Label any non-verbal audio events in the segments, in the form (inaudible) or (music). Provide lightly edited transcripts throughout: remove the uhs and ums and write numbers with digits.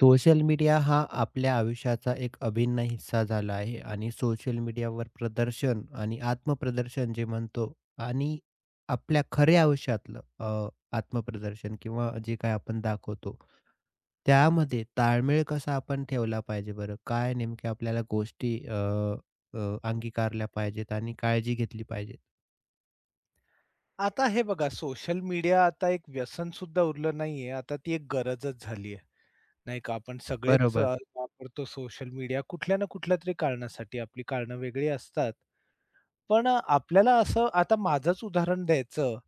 Social media हा आपल्या आयुष्याचा एक अभिन्न हिस्सा झाला आहे आणि सोशल मीडियावर प्रदर्शन आणि आत्मप्रदर्शन जे म्हणतो आणि आपल्या खऱ्या आयुष्यातलं आत्मप्रदर्शन किंवा जे काय आपण दाखवतो, त्यामध्ये ताळमेळ कसा आपण ठेवला पाहिजे बरं? काय नेमक्या आपल्याला गोष्टी अ, अ, अंगीकारल्या पाहिजेत आणि काळजी घेतली पाहिजे? आता हे बघा सोशल मीडिया आता एक व्यसन सुद्धा उरलं नाहीये. आता ती एक गरजच झालीये, नाही का? आपण सगळेच बरोबर. वापरतो सोशल मीडिया कुठल्या ना कुठल्यातरी कारणासाठी. आपली कारणं वेगळी असतात. पण आपल्याला असं आता माझंच उदाहरण द्यायचं,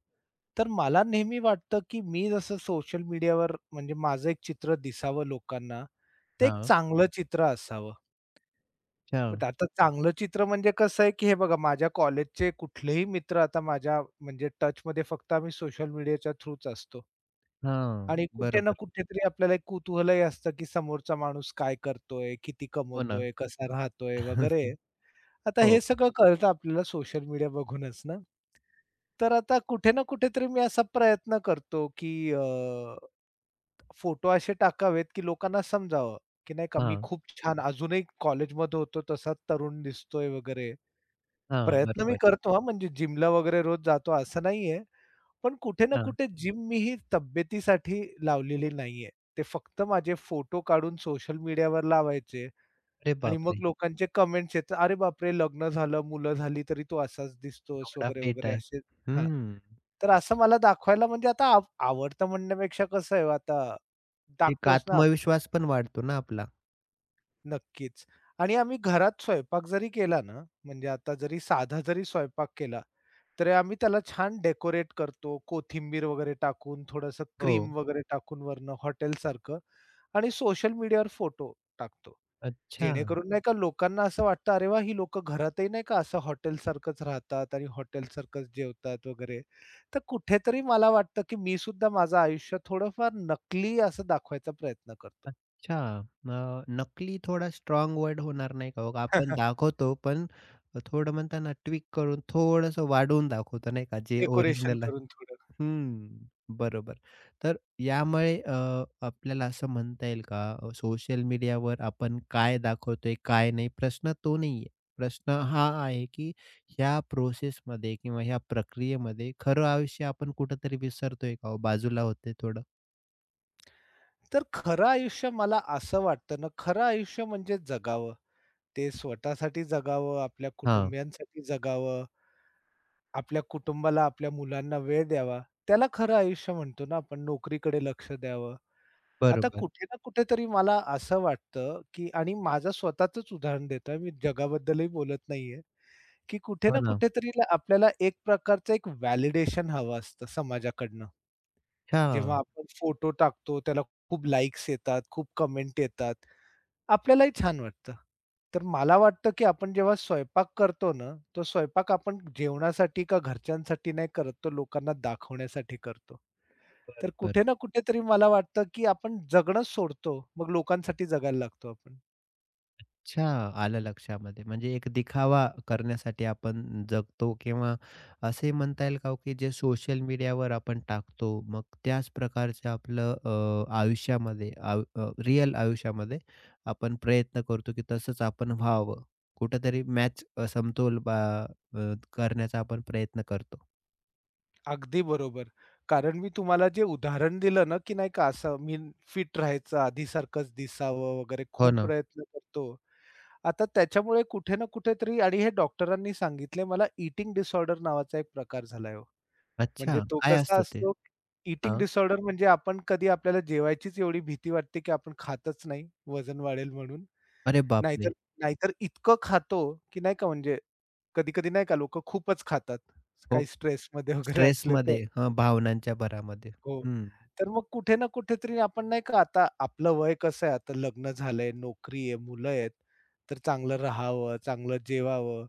तर मला नेहमी वाटतं, की मी जसं सोशल मीडियावर म्हणजे माझं एक चित्र दिसावं लोकांना, ते एक हां. चांगलं चित्र असावं. अच्छा. पण आता चांगलं चित्र म्हणजे कसं आहे, की हे बघा माझ्या कॉलेजचे कुठलेही मित्र आता माझ्या म्हणजे टचमध्ये फक्त आम्ही सोशल मीडियाच्या थ्रूच असतो. हां. आणि कुठे ना बरोबर. कुठेतरी आपल्याला एक कुतूहलही असतं, की समोरचा माणूस काय करतोय, किती हो ना. कमवतोय, कसा राहतोय वगैरे. (laughs) आता हे हो. सगळं कळतं आपल्याला सोशल मीडिया बघूनच ना. तर आता कुठे ना कुठेतरी मी असा प्रयत्न करतो, की फोटो असे टाकावेत, की लोकांना समजावं, की नाही का मी हां. खूप छान अजूनही कॉलेजमध्ये होतो तसाच तरुण दिसतोय वगैरे. हां. प्रयत्न मी बरोबर. करतो हां, म्हणजे जिमला वगैरे रोज जातो असं नाहीये. पण कुठे ना कुठे जिम मी ही तब्येतीसाठी लावलेली नाहीये. ते फक्त माझे फोटो काढून सोशल मीडियावर लावायचे अरे आणि मग बापरे! लोकांचे कमेंट्स येतात, "अरे बापरे! लग्न झालं, मुलं झाली तरी तू असाच दिसतोस" एवढा वगैरे, फेट वगैरे आहे. असे हां. हं. तर असं मला दाखवायला म्हणजे आता आवडतं म्हणण्यापेक्षा कसं आहे आता एक टाकतोच ना आपण. आत्मविश्वास पण वाढतो ना आपला. नक्कीच. आणि आम्ही घरात स्वयंपाक जरी केला ना, म्हणजे आता जरी साधा जरी स्वयंपाक केला, तरी आम्ही त्याला छान डेकोरेट करतो. कोथिंबीर वगैरे टाकून, थोडंसं हो. क्रीम वगैरे टाकून वरनं हॉटेलसारखं आणि सोशल मीडियावर फोटो टाकतो. अच्छा, जेणेकरून नाही का लोकांना असं वाटतं, "अरे वाह! ही लोकं घरातही नाही का असं हॉटेलसारखंच राहतात आणि हॉटेलसारखंच जेवतात वगैरे." तर कुठेतरी मला वाटतं, की मी सुद्धा माझं आयुष्य थोडंफार नकली असं दाखवायचा प्रयत्न करतो. अच्छा. अ, नकली थोडा स्ट्राँग वर्ड होणार नाही का? मग आपण (laughs) दाखवतो पण थोडं म्हणताना ट्विक करून थोडंसं वाढवून दाखवतो नाही का, जे डेकोरेशन ओरिजिनल करून थोडं. हं, बरोबर. तर यामुळे आपल्याला असं म्हणता येईल का सोशल मीडियावर आपण काय दाखवतोय, काय नाही प्रश्न तो नाहीये. प्रश्न हा आहे, की ह्या प्रोसेसमध्ये किंवा ह्या प्रक्रियेमध्ये खरं आयुष्य आपण कुठेतरी विसरतोय का हो? बाजूला होतंय थोडं? तर खरं आयुष्य मला असं वाटतं ना, खरं आयुष्य म्हणजे जगावं. ते स्वतःसाठी जगावं, आपल्या हां, कुटुंबियांसाठी जगावं, आपल्या कुटुंबाला, आपल्या मुलांना वेळ द्यावा. त्याला खरं आयुष्य म्हणतो ना आपण. नोकरीकडे लक्ष द्यावं. आता बरोबर. कुठे ना कुठेतरी मला असं वाटतं, की आणि माझं स्वतःचंच उदाहरण देतोय मी जगाबद्दलही बोलत नाहीये, की कुठे हो ना ना. कुठेतरी आपल्याला एक प्रकारचं एक व्हॅलिडेशन हवं असतं समाजाकडनं. जेव्हा हां, आपण फोटो टाकतो, त्याला खूप लाइक्स येतात, खूप कमेंट येतात. आपल्यालाही छान वाटतं. तर मला वाटतं, की आपण जेव्हा स्वयंपाक करतो ना, तो स्वयंपाक आपण जेवणासाठी का घरच्यांसाठी नाही करत, तो लोकांना दाखवण्यासाठी करतो. तर बरोबर. कुठे ना कुठेतरी मला वाटतं, की आपण जगणंच सोडतो. मग लोकांसाठी जगायला लागतो आपण. अच्छा, आलं लक्षामध्ये. म्हणजे एक दिखावा करण्यासाठी आपण जगतो किंवा असे म्हणता येईल का हो, की जे सोशल मीडियावर आपण टाकतो, मग त्याच प्रकारचं आपलं अ, आयुष्यामध्ये आयु अ, रिअल आयुष्यामध्ये आपण प्रयत्न करतो, की तसंच आपण व्हावं. कुठेतरी समतोल करण्याचा आपण प्रयत्न करतो. अगदी बरोबर. कारण मी तुम्हाला जे उदाहरण दिलं ना, की नाही का असं मी फिट राहायचं, आधीसारखंच दिसावं वगैरे हो खूप ना. प्रयत्न करतो. आता त्याच्यामुळे कुठे ना कुठेतरी आणि हे डॉक्टरांनी सांगितलंय मला ईटिंग डिसऑर्डर नावाचा एक प्रकार झालाय हो. म्हणजे अच्छा, तो काय कसा असतं ते? असतो, ईटिंग हां. डिसऑर्डर म्हणजे आपण कधी आपल्याला जेवायचीच एवढी भीती वाटते, की आपण खातच नाही, वजन वाढेल म्हणून. अरे नाहीतर बापरे! नाहीतर इतकं खातो, की नाही का म्हणजे कधी-कधी नाही का लोकं खूपच खातात. हो, काही स्ट्रेसमध्ये वगैरे असले तर स्ट्रेसमध्ये हं, भावनांच्या भरामध्ये. हो. हं. तर मग कुठे ना कुठेतरी आपण नाही का आता आपलं वय कसं आहे आता लग्न झालंय, नोकरी आहे, मुलं आहेत, तर चांगलं राहावं, चांगलं जेवावं.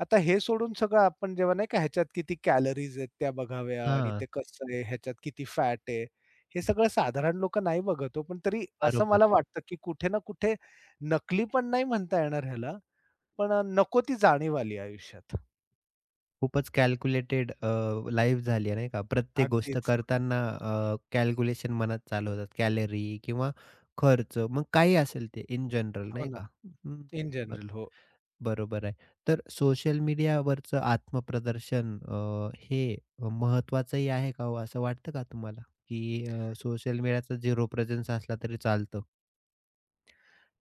आता हे सोडून सगळं आपण जेव्हा नाही का ह्याच्यात किती कॅलरीज आहेत त्या बघाव्या आणि हां, ते कसं आहे, ह्याच्यात किती फॅट आहे. हे सगळं साधारण लोकं नाही बघत हो. पण तरी असं बरोबर. मला वाटतं, की कुठे ना कुठे नकली पण नाही म्हणता येणार ह्याला, पण नको ती जाणीव आली आयुष्यात. खूपच कॅल्क्युलेटेड लाईफ झाली आहे, नाही का? प्रत्येक गोष्ट अगदीच. करताना कॅल्क्युलेशन मनात चालू होतात. कॅलरी किंवा खर्च, मग काही असेल ते इन जनरल, हो नाही ना. का? हं, इन ब जनरल. हो. बरोबर आहे. तर सोशल मीडियावरचं आत्मप्रदर्शन हे महत्त्वाचंही आहे का हो? असं वाटतं का तुम्हाला? की अ, सोशल मीडियाचा 0 प्रेझेन्स असला तरी चालतं?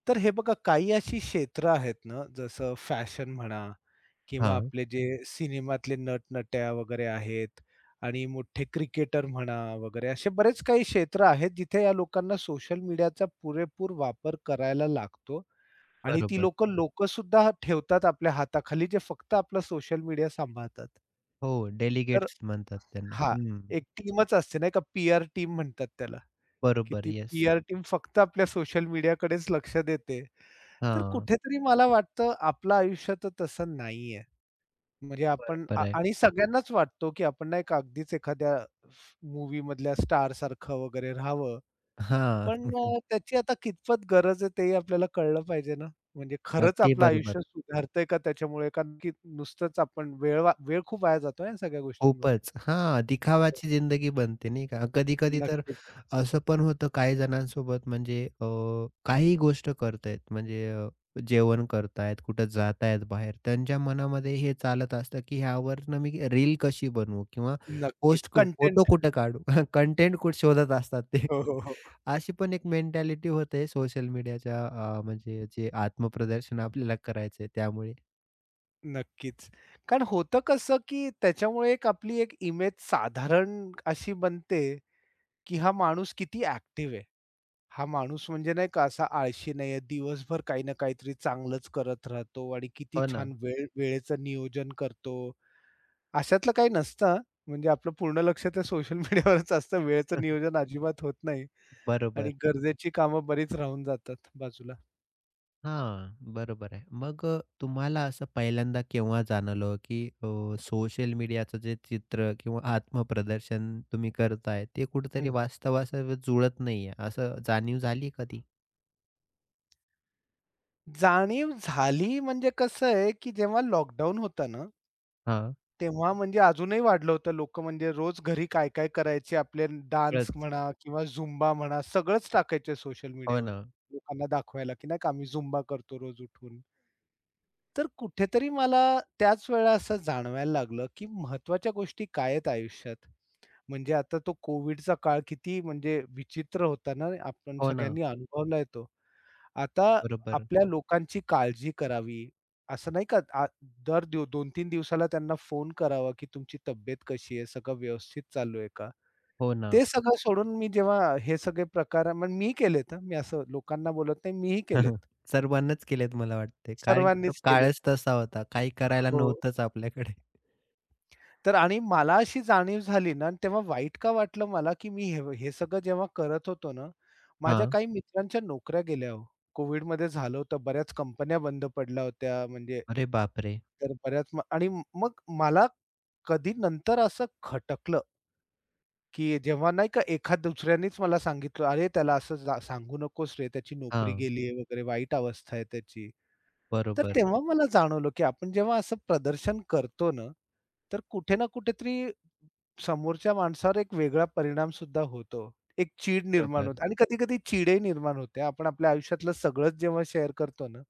तर हे बघा काही अशी क्षेत्र आहेत ना, जसं फॅशन म्हणा किंवा हां, आपले जे सिनेमातले नटनट्या वगैरे आहेत आणि मोठे क्रिकेटर म्हणा वगैरे असे बरेच काही क्षेत्र आहेत, जिथे या लोकांना सोशल मीडियाचा पुरेपूर वापर करायला लागतो आणि ती बरोबर. लोकं हं. लोकंसुद्धा ठेवतात आपल्या हाताखाली, जे फक्त आपला सोशल मीडिया सांभाळतात. हो, तर डेलिगेट्स म्हणतात त्यांना. हां, हं, एक टीमच असते नाही का, पी-आर टीम म्हणतात त्याला. की बरोबर. ती येस. पी-आर टीम फक्त आपल्या सोशल मीडियाकडेच लक्ष देते. तर हां, कुठेतरी मला वाटतं आपलं आयुष्य तर तसं नाहीये. म्हणजे आपण आ बरोबर आहे. आणि सगळ्यांनाच वाटतो की आपण नाही का अगदीच एखाद्या मूव्हीमधल्या स्टारसारखं वगैरे राहावं. हां. पण (laughs) त्याची आता कितपत गरज आहे तेही आपल्याला कळलं पाहिजे ना. म्हणजे खरंच अगदी आपलं आयुष्य बरोबर. सुधारतंय का त्याच्यामुळे? कारण की नुसतंच आपण वेळ खूप वाया जातो या सगळ्या गोष्टींमुळे. खूपच. हां, दिखावाची जिंदगी बनते नाही का? कधी-कधी तर नक्कीच, असं पण होतं काही जणांसोबत म्हणजे काहीही गोष्ट करतायत म्हणजे जेवण करतायत, कुठं जातायत बाहेर. त्यांच्या मनामध्ये हे चालत असतं, की ह्यावरनं मी रील कशी बनवू किंवा नक्कीच. पोस्ट कु फोटो कंटेंट. कुठं काढू? (laughs) कंटेंट कुठे शोधत असतात ते. हो, हो, हो. अशी पण एक मेंटॅलिटी होते सोशल मीडियाच्या म्हणजे जे आत्मप्रदर्शन आपल्याला करायचंय त्यामुळे. नक्कीच. कारण होतं कसं, की त्याच्यामुळे एक आपली एक इमेज साधारण अशी बनते, की हा माणूस किती ॲक्टिव्ह आहे. हा माणूस म्हणजे नाही का असा आळशी नाहीये, दिवसभर काही ना काहीतरी चांगलंच करत राहतो आणि किती हो ना. छान वेळेचं नियोजन करतो. अशातलं काही नसतं हां. म्हणजे आपलं पूर्ण लक्ष त्या सोशल मीडियावरच (laughs) असतं. वेळेचं (laughs) नियोजन अजिबात होत नाही बरोबर. आणि गरजेची कामं बरीच राहून जातात बाजूला. हां, बरोबर आहे. मग तुम्हाला असं पहिल्यांदा केव्हा जाणवलं, की सोशल मीडियाचं जे चित्र किंवा आत्मप्रदर्शन तुम्ही करताय, ते कुठेतरी हं. वास्तवासोबत जुळत नाहीये, असं जाणीव झाली कधी? जाणीव झाली म्हणजे कसं आहे, की जेव्हा लॉकडाऊन होता ना हां, तेव्हा म्हणजे अजूनही वाढलं होतं. लोकं म्हणजे रोज घरी काय-काय करायचे आपले डान्स सगळंच. म्हणा किंवा झुंबा म्हणा सगळंच टाकायचे सोशल हो मीडियावर. ना, लोकांना दाखवायला, की नाही का आम्ही झुंबा करतो रोज उठून. तर कुठेतरी मला त्याच वेळा असं जाणवायला लागलं, की महत्त्वाच्या गोष्टी काय आहेत आयुष्यात? म्हणजे आता तो कोव्हिडचा काळ किती म्हणजे विचित्र होता ना, आपण हो ना, सगळ्यांनी अनुभवलाय तो. आता बरोबर. आपल्या लोकांची काळजी करावी, असं नाही का दर 2-3 दिवसाला त्यांना फोन करावा, की तुमची तब्येत कशी आहे? सगळं व्यवस्थित चालू आहे का? हो ना. ते सगळं सोडून मी जेव्हा हे सगळे प्रकार मग मी केलेत हं, मी असं लोकांना बोलत नाही, मीही (laughs) केलेत. सर्वांनाच केलेत मला वाटते, कारण की तो सर्वांनीच केलेत. काळच तसा होता. काही करायला हो. नव्हतंच आपल्याकडे. तर आणि मला अशी जाणीव झाली ना, आणि तेव्हा वाईट का वाटलं मला, की मी हे हे सगळं जेव्हा करत होतो ना, माझ्या हां. काही मित्रांच्या नोकऱ्या गेल्या हो. कोव्हिडमध्ये झालं होतं. बऱ्याच कंपन्या बंद पडल्या होत्या म्हणजे अरे बापरे! तर बऱ्याच म आणि मग मला कधी नंतर असं खटकलं, की जेव्हा नाही का एखाद दुसऱ्यानेच मला सांगितलं, "अरे त्याला असं जा सांगू नकोस रे, त्याची नोकरी हां, गेली वगैरे, वाईट अवस्था आहे त्याची." तर बरोबर, तेव्हा मला जाणवलं, की आपण जेव्हा असं प्रदर्शन करतो ना, तर कुठे ना कुठेतरी समोरच्या माणसावर एक वेगळा परिणाम सुद्धा होतो. एक चीड निर्माण बरोबर. होते आणि कधी-कधी चीडही निर्माण होते. आपण आपल्या आयुष्यातलं सगळंच जेव्हा शेअर करतो ना,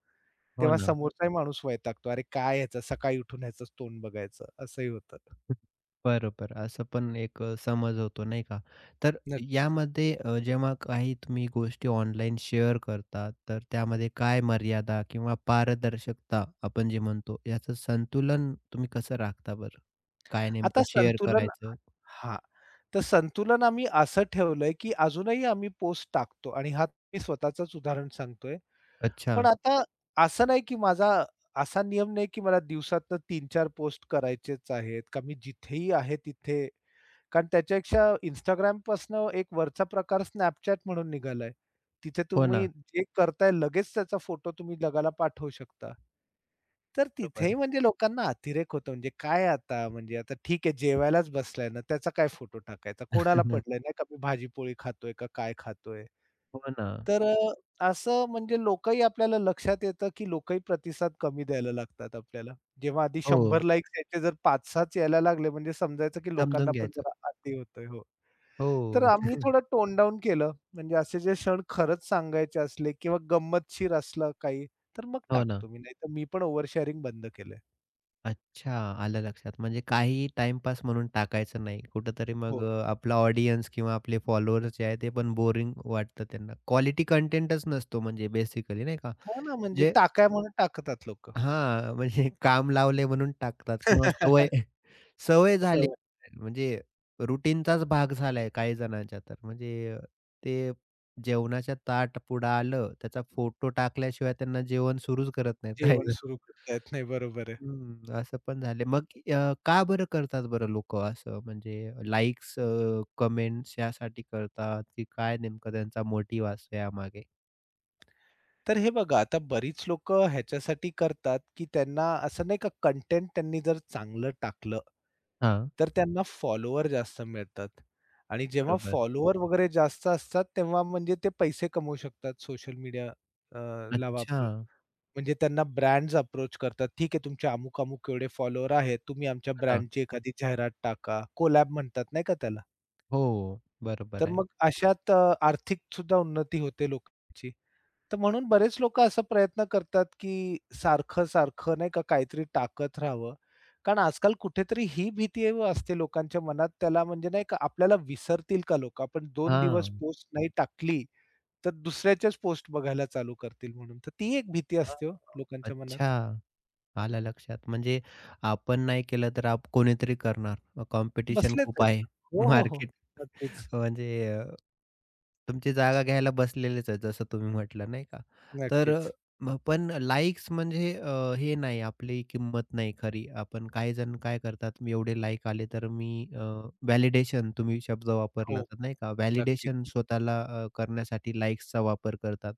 हो तेव्हा ना. समोरचाही माणूस वैतागतो. "अरे काय ह्याचं सकाळी उठून ह्याचंच तोंड बघायचं." असंही होतं. बरोबर. असं पण एक समज होतो नाही का? तर नक्कीच. यामध्ये जेव्हा काही तुम्ही गोष्टी ऑनलाईन शेअर करता, तर त्यामध्ये काय मर्यादा किंवा पारदर्शकता आपण जे म्हणतो, याचं संतुलन तुम्ही कसं राखता बरं? काय आता नेमकं शेअर संतुलन करायचं? हां. तर संतुलन आम्ही असं ठेवलंय, की अजूनही आम्ही पोस्ट टाकतो आणि हा मी स्वतःचंच उदाहरण सांगतोय. अच्छा. पण आता असं नाही, की माझा असा नियम नाही, की मला दिवसातनं 3-4 पोस्ट करायचेच आहेत, का मी जिथेही आहे तिथे कारण त्याच्यापेक्षा Instagramपासनं एक वरचा प्रकार Snapchat म्हणून निघालाय. तिथे हो तुम्ही ना. जे करताय लगेच त्याचा फोटो तुम्ही जगाला पाठवू शकता. तर तिथेही बरोबर. म्हणजे लोकांना अतिरेक होतो. म्हणजे काय आता म्हणजे आता ठीक आहे जेवायलाच बसलाय ना, त्याचा काय फोटो टाकायचा? कोणाला पडलंय (laughs) नाही का मी भाजी खातोय का काय खातोय? हो ना. तर असं म्हणजे लोकही आपल्याला लक्षात येतं, की लोकही प्रतिसाद कमी द्यायला लागतात आपल्याला. जेव्हा आधी 100 हो. लाइक्स यायचे जर पाच 6च यायला लागले म्हणजे समजायचं की लोकांना समजून पण घ्यायचं. जरा आदी होतोय. हो. तर हो. आम्ही थोडं टोन डाउन केलं. म्हणजे असे जे क्षण खरंच सांगायचे असले किंवा गंमतशीर असलं काही, तर मग हो ना. टाकतो मी. नाही तर मी पण ओव्हर शेअरिंग बंद केलंय. अच्छा, आलं लक्षात. म्हणजे काही टाईमपास म्हणून टाकायचं नाही. कुठेतरी मग हो. आपला ऑडियन्स किंवा आपले फॉलोअर्स जे आहेत ते पण बोरिंग वाटतं त्यांना. क्वालिटी कंटेंटच नसतो म्हणजे बेसिकली नाही का? हो ना, म्हणजे जे टाकाय म्हणून टाकतात लोकं. हां, म्हणजे (laughs) काम लावले म्हणून टाकतात किंवा सवय (laughs) (laughs) सवय झाली सवय म्हणजे रुटीनचाच भाग झालाय काही जणांच्या तर. म्हणजे अ, ते जेवणाच्या ताट पुढं आलं, त्याचा फोटो टाकल्याशिवाय त्यांना जेवण सुरूच करत नाहीत काही जेवण जण. सुरू करतायत. नाही बरोबर आहे. हं, असं पण झाले. मग का बरं करतात बरं लोकं असं? म्हणजे लाइक्स कमेंट्स यासाठी करतात, की काय नेमकं त्यांचा मोटिव्ह असतो यामागे? तर हे बघा आता बरीच लोकं ह्याच्यासाठी करतात, की त्यांना असं नाही का कंटेंट त्यांनी जर चांगलं टाकलं, हां. तर त्यांना फॉलोवर जास्त मिळतात आणि जेव्हा बरोबर. फॉलोवर वगैरे जास्त असतात, तेव्हा म्हणजे ते पैसे कमवू शकतात सोशल मीडिया ला अच्छा. वापरून. म्हणजे त्यांना ब्रँड्स अप्रोच करतात. ठीक आहे तुमचे अमुक-अमुक एवढे फॉलोवर आहेत. तुम्ही आमच्या हो ब्रँडची एखादी जाहिरात टाका. कोलॅब म्हणतात नाही का त्याला. हो, बरोबर तर आहे. मग अशात आर्थिक सुद्धा उन्नती होते लोकांची. तर म्हणून बरेच लोकं असा प्रयत्न करतात, की सारखं-सारखं नाही का काहीतरी टाकत राहावं. कारण आजकाल कुठेतरी ही भीती असते लोकांच्या मनात त्याला म्हणजे नाही का आपल्याला विसरतील का लोकं? आपण दोन दिवस हां. पोस्ट नाही टाकली, तर दुसऱ्याच्याच पोस्ट बघायला चालू करतील म्हणून. तर ती एक भीती हां. असते हो लोकांच्या अच्छा, मनात. आलं लक्षात. म्हणजे आपण नाही केलं तर कोणीतरी करणार. कॉम्पिटिशन बसलेच खूप आहेत. आहे हो, हो, हो. नक्कीच, म्हणजे अ, तुमची जागा घ्यायला बसलेलेच आहेत जसं तुम्ही म्हटलं नाही का? तर नक्कीच. मग पण लाइक्स म्हणजे हे नाही आपली किंमत नाही खरी. आपण काही जण काय करतात, मी एवढे लाइक आले तर मी व्हॅलिडेशन तुम्ही शब्द हो, वापरला तर नाही का? नक्कीच. व्हॅलिडेशन स्वतःला करण्यासाठी लाइक्सचा वापर करतात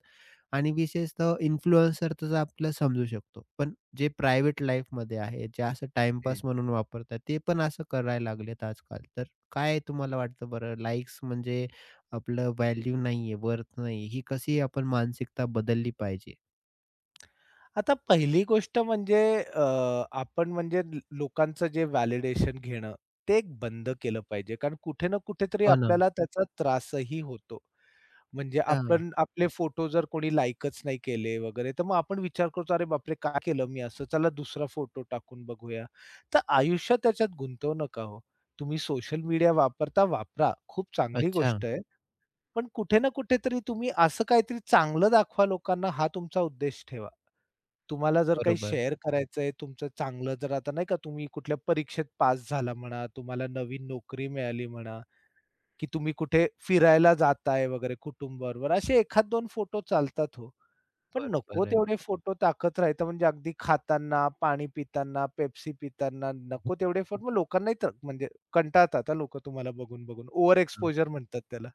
आणि विशेषतः इन्फ्लुएन्सर तर आपल्याला समजू शकतो. पण जे प्रायव्हेट लाईफमध्ये आहे, जे असं टाईमपास म्हणून वापरतात ते पण असं करायला लागलेत आजकाल. तर काय तुम्हाला वाटतं बरं लाइक्स म्हणजे आपलं व्हॅल्यू नाहीये, वर्थ नाही. ही कशी आपण मानसिकता बदलली पाहिजे? आता पहिली गोष्ट म्हणजे आपण म्हणजे लोकांचं जे व्हॅलिडेशन घेणं, ते एक बंद केलं पाहिजे. कारण कुठे ना कुठेतरी हो ना. आपल्याला त्याचा त्रासही होतो. म्हणजे हां. आपण आपले फोटो जर कोणी लाइकच नाही केले वगैरे, तर मग आपण विचार करतो, "अरे बापरे! का केलं मी असं? चला दुसरा फोटो टाकून बघूया." तर आयुष्य त्याच्यात गुंतवू नका हो. तुम्ही सोशल मीडिया वापरता, वापरा. खूप चांगली अच्छा. गोष्ट आहे. पण कुठे ना कुठेतरी तुम्ही असं काहीतरी चांगलं दाखवा लोकांना हा तुमचा उद्देश ठेवा. तुम्हाला जर काही बरोबर. शेअर करायचंय, तुमचं चांगलं जर आता नाही का तुम्ही कुठल्या परीक्षेत पास झाला म्हणा, तुम्हाला नवीन नोकरी मिळाली म्हणा, की तुम्ही कुठे फिरायला जाताय वगैरे कुटुंबाबरोबर असे 1-2 फोटो चालतात हो. पण नको बरोबर तेवढे फोटो टाकत राहायचं म्हणजे अगदी खाताना, पाणी पिताना, पेप्सी पिताना आहे. नको तेवढे फोटो मग लोकांनाही तर म्हणजे कंटाळतात हां तुम्हाला बघून-बघून. ओव्हर एक्सपोजर म्हणतात त्याला.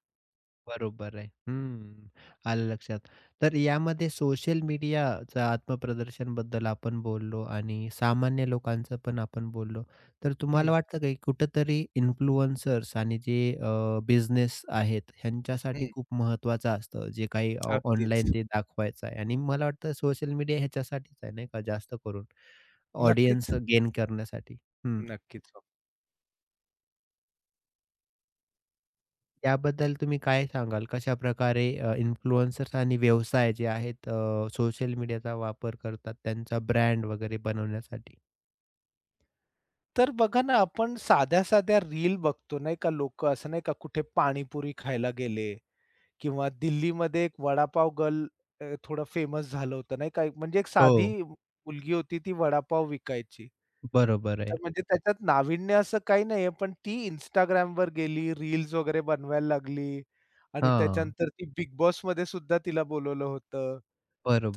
बरोबर आहे. हं. आलं लक्षात. तर यामध्ये सोशल मीडियाचं आत्मप्रदर्शनबद्दल आपण बोललो आणि सामान्य लोकांचं पण आपण बोललो. तर हं, तुम्हाला वाटतं का, की कुठेतरी इन्फ्लुएन्सर्स आणि जे बिझनेस आहेत ह्यांच्यासाठी हं. खूप महत्त्वाचं असतं, जे काही अगदीच. ऑनलाईन ते दाखवायचं आहे आणि मला वाटतं सोशल मीडिया ह्याच्यासाठीच आहे नाही का, जास्त करून ऑडियन्स नक्कीच, गेन करण्यासाठी. नक्कीच हो. त्याबद्दल तुम्ही काय सांगाल? प्रकारे इन्फ्लुएन्सर्स आणि व्यवसाय जे आहेत सोशल मीडियाचा वापर करतात त्यांचा ब्रँड वगैरे बनवण्यासाठी? तर बघा ना, आपण साध्या-साध्या रील बघतो नाही का, लोक असं नाही का कुठे पाणीपुरी खायला गेले किंवा दिल्लीमध्ये एक वडापाव गर्ल थोडं फेमस झालं होतं नाही का, म्हणजे एक साधी हो, मुलगी होती ती वडापाव विकायची. बरोबर तर आहे. म्हणजे त्याच्यात नाविन्य असं काही नाहीये, पण ती Instagramवर गेली, रील्स वगैरे बनवायला लागली आणि हां, त्याच्यानंतर ती बिग बॉसमध्ये सुद्धा तिला बोलवलं होतं.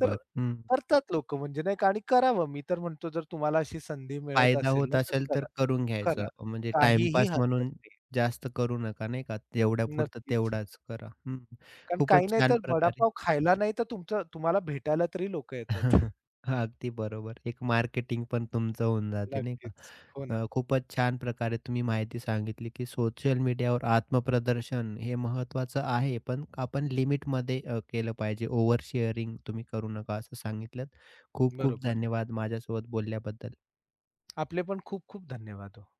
तर हं. करतात लोकं म्हणजे नाही का आणि करावं. मी तर म्हणतो जर तुम्हाला अशी संधी मिळत फायदा असेल होत ना, तर असेल तर करा. करून करा. घ्यायचं. म्हणजे काहीही टाईमपास हरकत म्हणून नाही. जास्त करू नका नाही का? तेवढ्यापुरतं नक्कीच. तेवढाच करा. हं. कारण काही खूपच नाही छान तर प्रकारे वडापाव खायला नाही तर तुमचं तुम्हाला भेटायला तरी लोकं येतात. (laughs) (laughs) अगदी बरोबर. एक मार्केटिंग पण तुमचं होऊन जाते नाही का? नक्कीच. हो ना. खूपच छान प्रकारे तुम्ही माहिती सांगितली, की सोशल मीडियावर आत्मप्रदर्शन हे महत्त्वाचं आहे, पण आपण लिमिटमध्ये केलं पाहिजे. ओव्हर शेअरिंग तुम्ही करू नका असं सांगितलंत. खूप खूप बरोबर. धन्यवाद माझ्यासोबत बोलल्याबद्दल. आपले पण खूप खूप धन्यवाद हो.